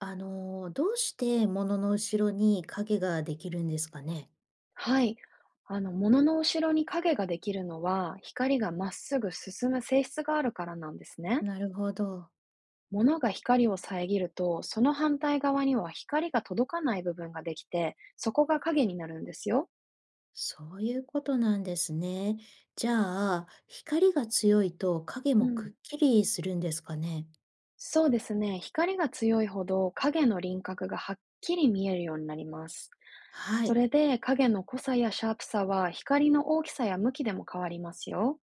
どうして物の後ろに影ができるんですかね。はい。物の後ろに影ができるのは、光がまっすぐ進む性質があるからなんですね。なるほど。物が光を遮ると、その反対側には光が届かない部分ができて、そこが影になるんですよ。そういうことなんですね。じゃあ、光が強いと影うもくっん。きりするんですかね。そうですね。光が強いほど影の輪郭がはっきり見えるようになります。はそい。れで、影の濃さやシャープさは光の大きさや向きでも変わりますよ。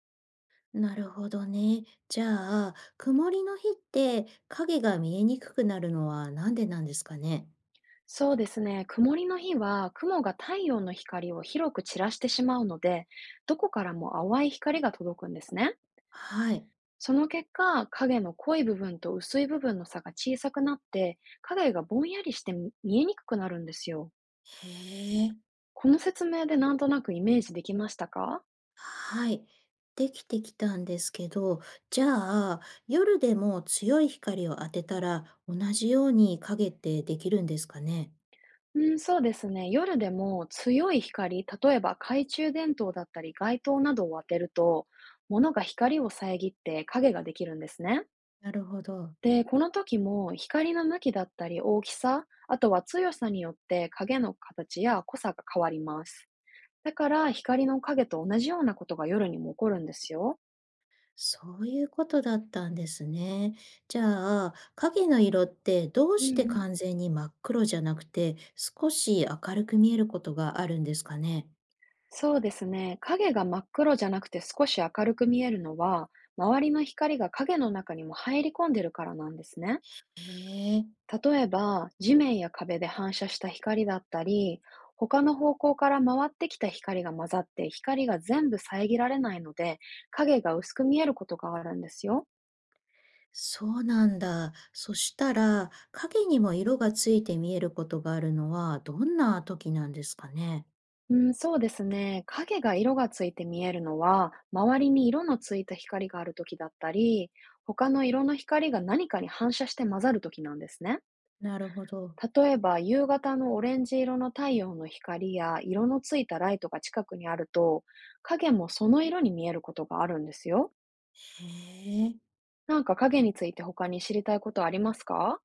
なるほどね。じゃあ、曇りの日って影が見えにくくなるのはなんでなんですかね。そうですね。曇りの日は、雲が太陽の光を広く散らしてしまうので、どこからも淡い光が届くんですね。はい。その結果、影の濃い部分と薄い部分の差が小さくなって、影がぼんやりして見えにくくなるんですよ。へえ。この説明でなんとなくイメージできましたか？はい、できてきたんですけど、じゃあ、夜でも強い光を当てたら、同じように影ってできるんですかね？うん、そうですね。夜でも強い光、例えば懐中電灯だったり街灯などを当てると、物が光を遮って影ができるんですね。なるほど。で、この時も光の向きだったり大きさ、あとは強さによって影の形や濃さが変わります。だから、光の影と同じようなことが夜にも起こるんですよ。そういうことだったんですね。じゃあ、影の色ってどううんしうてん。完全に真っ黒じゃなくて、少し明るく見えることがあるんですかね？そうですね。影が真っ黒じゃなくて少し明るく見えるのは、周りの光が影の中にも入り込んでるからなんですね。へえ、例えば、地面や壁で反射した光だったり、他の方向から回ってきた光が混ざって、光が全部遮られないので、影が薄く見えることがあるんですよ。そうなんだ。そしたら、影にも色がついて見えることがあるのはどんな時なんですかね？うん、そうですね。影が色がついて見えるのは、周りに色のついた光がある時だったり、他の色の光が何かに反射して混ざる時なんですね。なるほど。例えば、夕方のオレンジ色の太陽の光や色のついたライトが近くにあると、影もその色に見えることがあるんですよ。へえ。なんか影について他に知りたいことありますか？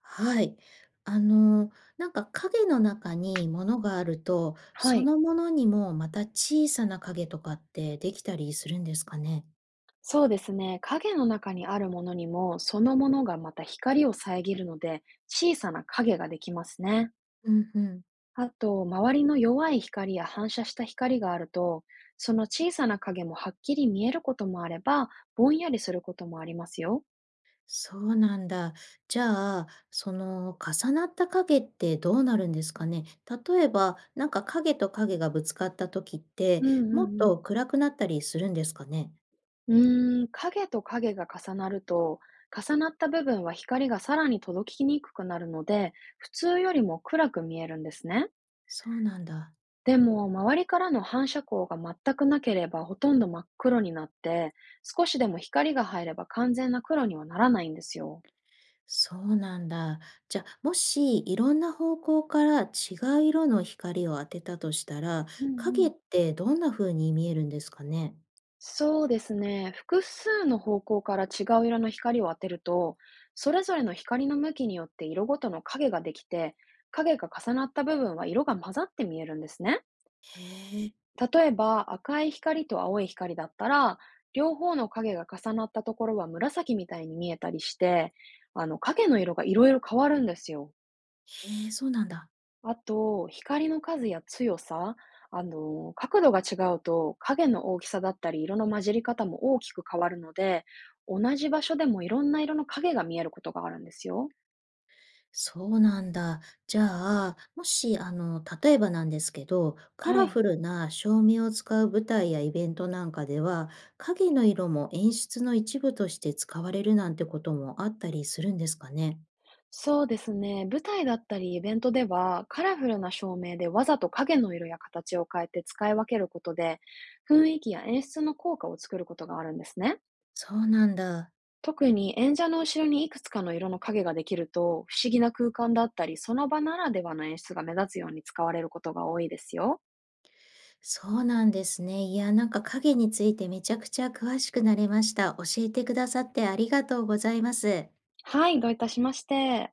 はい。あの、なんか影の中に物があると、はそい。のものにもまた小さな影とかってできたりするんですかね？そうですね。影の中にあるものにも、そのものがまた光を遮るので、小さな影ができますね。うんうん。あと、周りの弱い光や反射した光があると、その小さな影もはっきり見えることもあれば、ぼんやりすることもありますよ。そうなんだ。じゃあ、その重なった影ってどうなるんですかね？例えば、なんか影と影がぶつかった時って、うんうもっんうん。と暗くなったりするんですかね？うーん、影と影が重なると、重なった部分は光がさらに届きにくくなるので、普通よりも暗く見えるんですね。そうなんだ。でも、周りからの反射光が全くなければほとんど真っ黒になって、少しでも光が入れば完全な黒にはならないんですよ。そうなんだ。じゃあ、もしいろんな方向から違う色の光を当てたとしたら、うんう影ん。ってどんな風に見えるんですかね？そうですね。複数の方向から違う色の光を当てると、それぞれの光の向きによって色ごとの影ができて、影が重なった部分は色が混ざって見えるんですね。へえ、例えば、赤い光と青い光だったら、両方の影が重なったところは紫みたいに見えたりして、影の色がいろいろ変わるんですよ。へえ、そうなんだ。あと、光の数や強さ、角度が違うと影の大きさだったり色の混じり方も大きく変わるので、同じ場所でもいろんな色の影が見えることがあるんですよ。そうなんだ。じゃあ、もし、あの、例えばなんですけど、カはラい。フルな照明を使う舞台やイベントなんかでは、影の色も演出の一部として使われるなんてこともあったりするんですかね？そうですね。舞台だったりイベントでは、カラフルな照明でわざと影の色や形を変えて使い分けることで、雰囲気や演出の効果を作ることがあるんですね。そうなんだ。特に演者の後ろにいくつかの色の影ができると、不思議な空間だったり、その場ならではの演出が目立つように使われることが多いですよ。そうなんですね。いや、なんか影についてめちゃくちゃ詳しくなれました。教えてくださってありがとうございます。はい、どういたしまして。